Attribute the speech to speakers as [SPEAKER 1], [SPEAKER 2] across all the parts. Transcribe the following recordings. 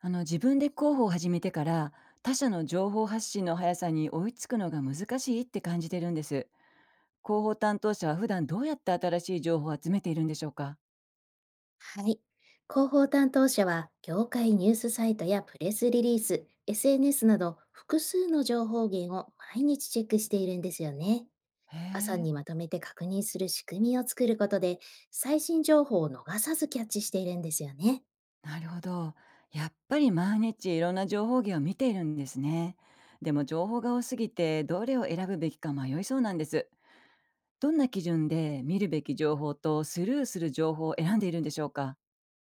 [SPEAKER 1] 自分で広報を始めてから、他社の情報発信の速さに追いつくのが難しいって感じてるんです。広報担当者は普段どうやって新しい情報を集めているんでしょうか。
[SPEAKER 2] はい。広報担当者は、業界ニュースサイトやプレスリリース、SNS など複数の情報源を毎日チェックしているんですよね。
[SPEAKER 1] へ
[SPEAKER 2] 朝
[SPEAKER 1] え、
[SPEAKER 2] にまとめて確認する仕組みを作ることで、最新情報を逃さずキャッチしているんですよね。
[SPEAKER 1] なるほど。やっぱり毎日いろんな情報源を見ているんですね。でも情報が多すぎてどれを選ぶべきか迷いそうなんです。どんな基準で見るべき情報とスルーする情報を選んでいるんでしょうか。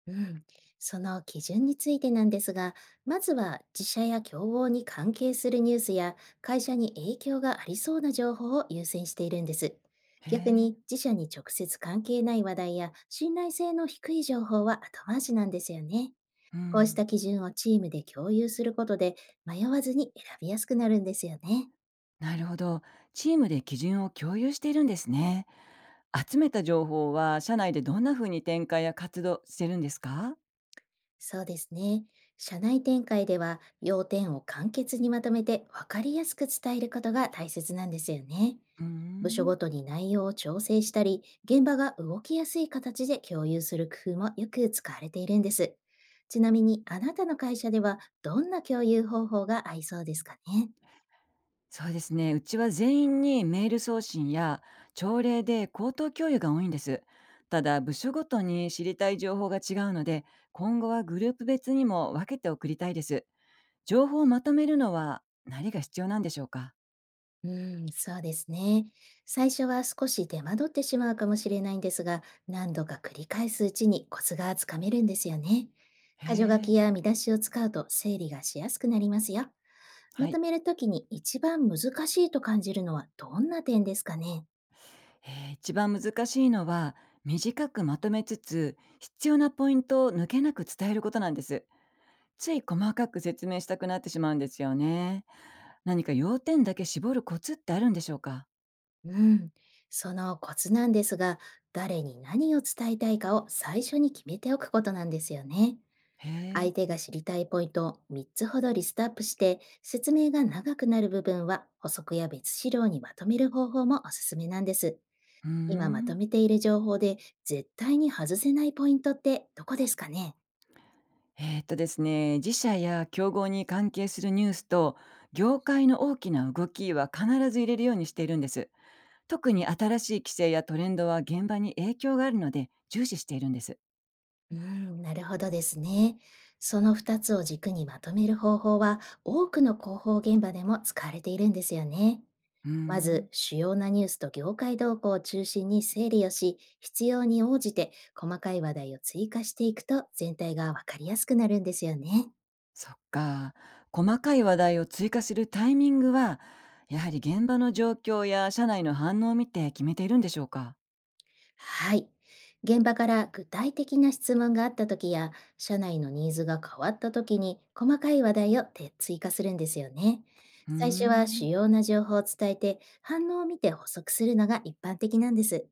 [SPEAKER 2] うん、その基準についてなんですが、まずは自社や競合に関係するニュースや会社に影響がありそうな情報を優先しているんです。
[SPEAKER 1] へ
[SPEAKER 2] 逆
[SPEAKER 1] え。
[SPEAKER 2] に自社に直接関係ない話題や信頼性の低い情報は後回しなんですよね。
[SPEAKER 1] う
[SPEAKER 2] こうした
[SPEAKER 1] ん。
[SPEAKER 2] 基準をチームで共有することで、迷わずに選びやすくなるんですよね。
[SPEAKER 1] なるほど。チームで基準を共有しているんですね。集めた情報は社内でどんな風に展開や活動してるんですか。
[SPEAKER 2] そうですね。社内展開では、要点を簡潔にまとめて分かりやすく伝えることが大切なんですよね。
[SPEAKER 1] うー
[SPEAKER 2] 部署
[SPEAKER 1] ん、
[SPEAKER 2] ごとに内容を調整したり、現場が動きやすい形で共有する工夫もよく使われているんです。ちなみに、あなたの会社ではどんな共有方法が合いそうですかね？
[SPEAKER 1] そうですね。うちは全員にメール送信や朝礼で口頭共有が多いんです。ただ部署ごとに知りたい情報が違うので、今後はグループ別にも分けて送りたいです。情報をまとめるのは何が必要なんでしょうか。
[SPEAKER 2] うん、そうですね。最初は少し手間取ってしまうかもしれないんですが、何度か繰り返すうちにコツがつかめるんですよね。
[SPEAKER 1] へ
[SPEAKER 2] 箇条書
[SPEAKER 1] え。
[SPEAKER 2] きや見出しを使うと整理がしやすくなりますよ。
[SPEAKER 1] は
[SPEAKER 2] まと
[SPEAKER 1] い。
[SPEAKER 2] めるときに一番難しいと感じるのはどんな点ですかね？
[SPEAKER 1] 一番難しいのは、短くまとめつつ必要なポイントを抜けなく伝えることなんです。つい細かく説明したくなってしまうんですよね。何か要点だけ絞るコツってあるんでしょうか？
[SPEAKER 2] うん、そのコツなんですが、誰に何を伝えたいかを最初に決めておくことなんですよね。
[SPEAKER 1] へ
[SPEAKER 2] 相
[SPEAKER 1] え。
[SPEAKER 2] 手が知りたいポイントを3つほどリストアップして、説明が長くなる部分は補足や別資料にまとめる方法もおすすめなんです。
[SPEAKER 1] うー
[SPEAKER 2] 今まと
[SPEAKER 1] ん。
[SPEAKER 2] めている情報で絶対に外せないポイントってどこですかね？
[SPEAKER 1] ですね、自社や競合に関係するニュースと、業界の大きな動きは必ず入れるようにしているんです。特に新しい規制やトレンドは現場に影響があるので、重視しているんです。
[SPEAKER 2] うん、なるほどですね。その2つを軸にまとめる方法は、多くの広報現場でも使われているんですよね。
[SPEAKER 1] うー
[SPEAKER 2] ま
[SPEAKER 1] ん。
[SPEAKER 2] ず、主要なニュースと業界動向を中心に整理をし、必要に応じて細かい話題を追加していくと全体がわかりやすくなるんですよね。
[SPEAKER 1] そっか。細かい話題を追加するタイミングは、やはり現場の状況や社内の反応を見て決めているんでしょうか？
[SPEAKER 2] はい。現場から具体的な質問があった時や、社内のニーズが変わった時に細かい話題をて追加するんですよね。
[SPEAKER 1] うー
[SPEAKER 2] 最初は主
[SPEAKER 1] ん、
[SPEAKER 2] 要な情報を伝えて、反応を見て補足するのが一般的なんです。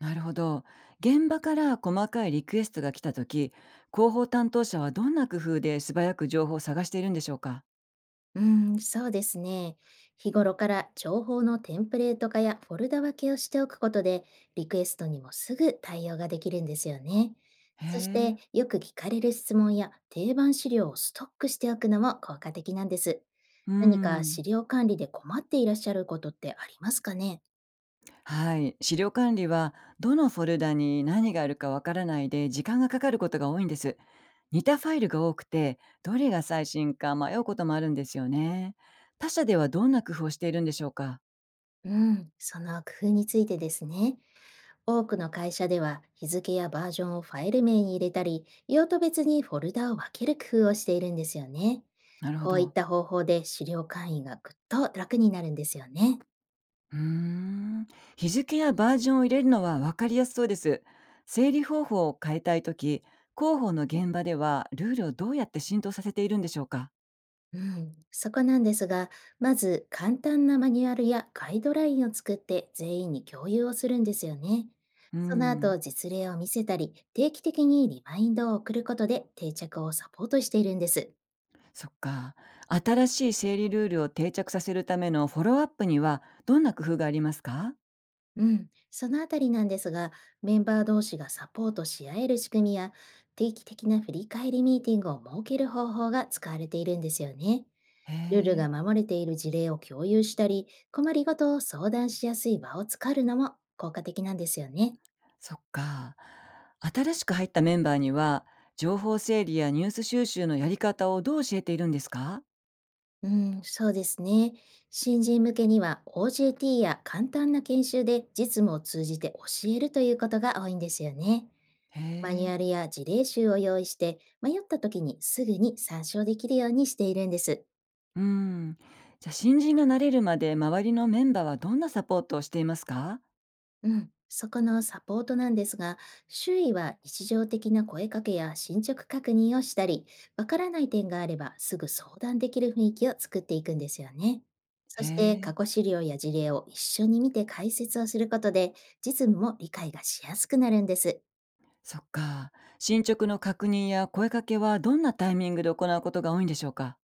[SPEAKER 1] なるほど。現場から細かいリクエストが来た時、広報担当者はどんな工夫で素早く情報を探しているんでしょうか？
[SPEAKER 2] うーん、そうですね。日頃から情報のテンプレート化やフォルダ分けをしておくことで、リクエストにもすぐ対応ができるんですよね。
[SPEAKER 1] へ
[SPEAKER 2] そして、
[SPEAKER 1] え。
[SPEAKER 2] よく聞かれる質問や定番資料をストックしておくのも効果的なんです。
[SPEAKER 1] う
[SPEAKER 2] 何か
[SPEAKER 1] ん。
[SPEAKER 2] 資料管理で困っていらっしゃることってありますかね？
[SPEAKER 1] はい。資料管理はどのフォルダに何があるかわからないで時間がかかることが多いんです。似たファイルが多くて、どれが最新か迷うこともあるんですよね。他社ではどんな工夫をしているんでしょうか？
[SPEAKER 2] うん、その工夫についてですね。多くの会社では、日付やバージョンをファイル名に入れたり、用途別にフォルダを分ける工夫をしているんですよね。
[SPEAKER 1] なるほ
[SPEAKER 2] こういっ
[SPEAKER 1] ど。
[SPEAKER 2] た方法で資料管理がぐっと楽になるんですよね。
[SPEAKER 1] うーん、日付やバージョンを入れるのは分かりやすそうです。整理方法を変えたいとき、広報の現場ではルールをどうやって浸透させているんでしょうか。
[SPEAKER 2] うん、そこなんですが、まず簡単なマニュアルやガイドラインを作って全員に共有をするんですよね。
[SPEAKER 1] うー
[SPEAKER 2] その
[SPEAKER 1] ん、
[SPEAKER 2] 後、実例を見せたり、定期的にリマインドを送ることで定着をサポートしているんです。
[SPEAKER 1] そっか。新しい整理ルールを定着させるためのフォローアップにはどんな工夫がありますか。
[SPEAKER 2] うん、そのあたりなんですが、メンバー同士がサポートし合える仕組みや、定期的な振り返りミーティングを設ける方法が使われているんですよね。
[SPEAKER 1] へ
[SPEAKER 2] ルール
[SPEAKER 1] え、
[SPEAKER 2] が守れている事例を共有したり、困りごとを相談しやすい場を作るのも効果的なんですよね。
[SPEAKER 1] そっか。新しく入ったメンバーには、情報整理やニュース収集のやり方をどう教えているんですか。
[SPEAKER 2] うん、そうですね。新人向けには OJT や簡単な研修で、実務を通じて教えるということが多いんですよね。
[SPEAKER 1] へ
[SPEAKER 2] マニュ
[SPEAKER 1] え。
[SPEAKER 2] アルや事例集を用意して、迷った時にすぐに参照できるようにしているんです。
[SPEAKER 1] うん。じゃ、新人が慣れるまで、周りのメンバーはどんなサポートをしていますか？
[SPEAKER 2] うん。そこのサポートなんですが、周囲は日常的な声かけや進捗確認をしたり、わからない点があればすぐ相談できる雰囲気を作っていくんですよね。
[SPEAKER 1] へ
[SPEAKER 2] そして、
[SPEAKER 1] え、
[SPEAKER 2] 過去資料や事例を一緒に見て解説をすることで、実務も理解がしやすくなるんです。
[SPEAKER 1] そっか。進捗の確認や声かけは、どんなタイミングで行うことが多いんでしょうか？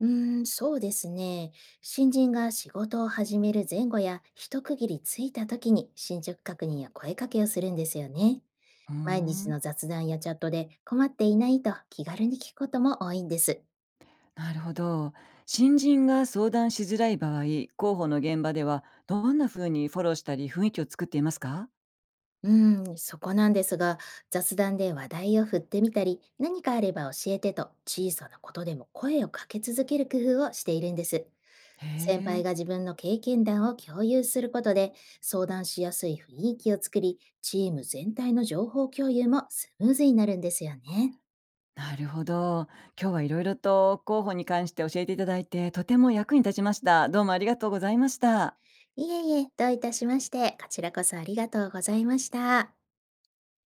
[SPEAKER 2] うーん、そうですね。新人が仕事を始める前後や一区切りついた時に進捗確認や声かけをするんですよね。
[SPEAKER 1] うー
[SPEAKER 2] 毎日
[SPEAKER 1] ん、
[SPEAKER 2] の雑談やチャットで、困っていないと気軽に聞くことも多いんです。
[SPEAKER 1] なるほど。新人が相談しづらい場合、候補の現場では、どんな風にフォローしたり、雰囲気を作っていますか？
[SPEAKER 2] うーん、そこなんですが、雑談で話題を振ってみたり、何かあれば教えてと、小さなことでも声をかけ続ける工夫をしているんです。
[SPEAKER 1] へ
[SPEAKER 2] 先輩
[SPEAKER 1] え、
[SPEAKER 2] が自分の経験談を共有することで、相談しやすい雰囲気を作り、チーム全体の情報共有もスムーズになるんですよね。
[SPEAKER 1] なるほど。今日は色々と候補に関して教えていただいて、とても役に立ちました。どうもありがとうございました。
[SPEAKER 2] いえいえ、どういたしまして、こちらこそありがとうございました。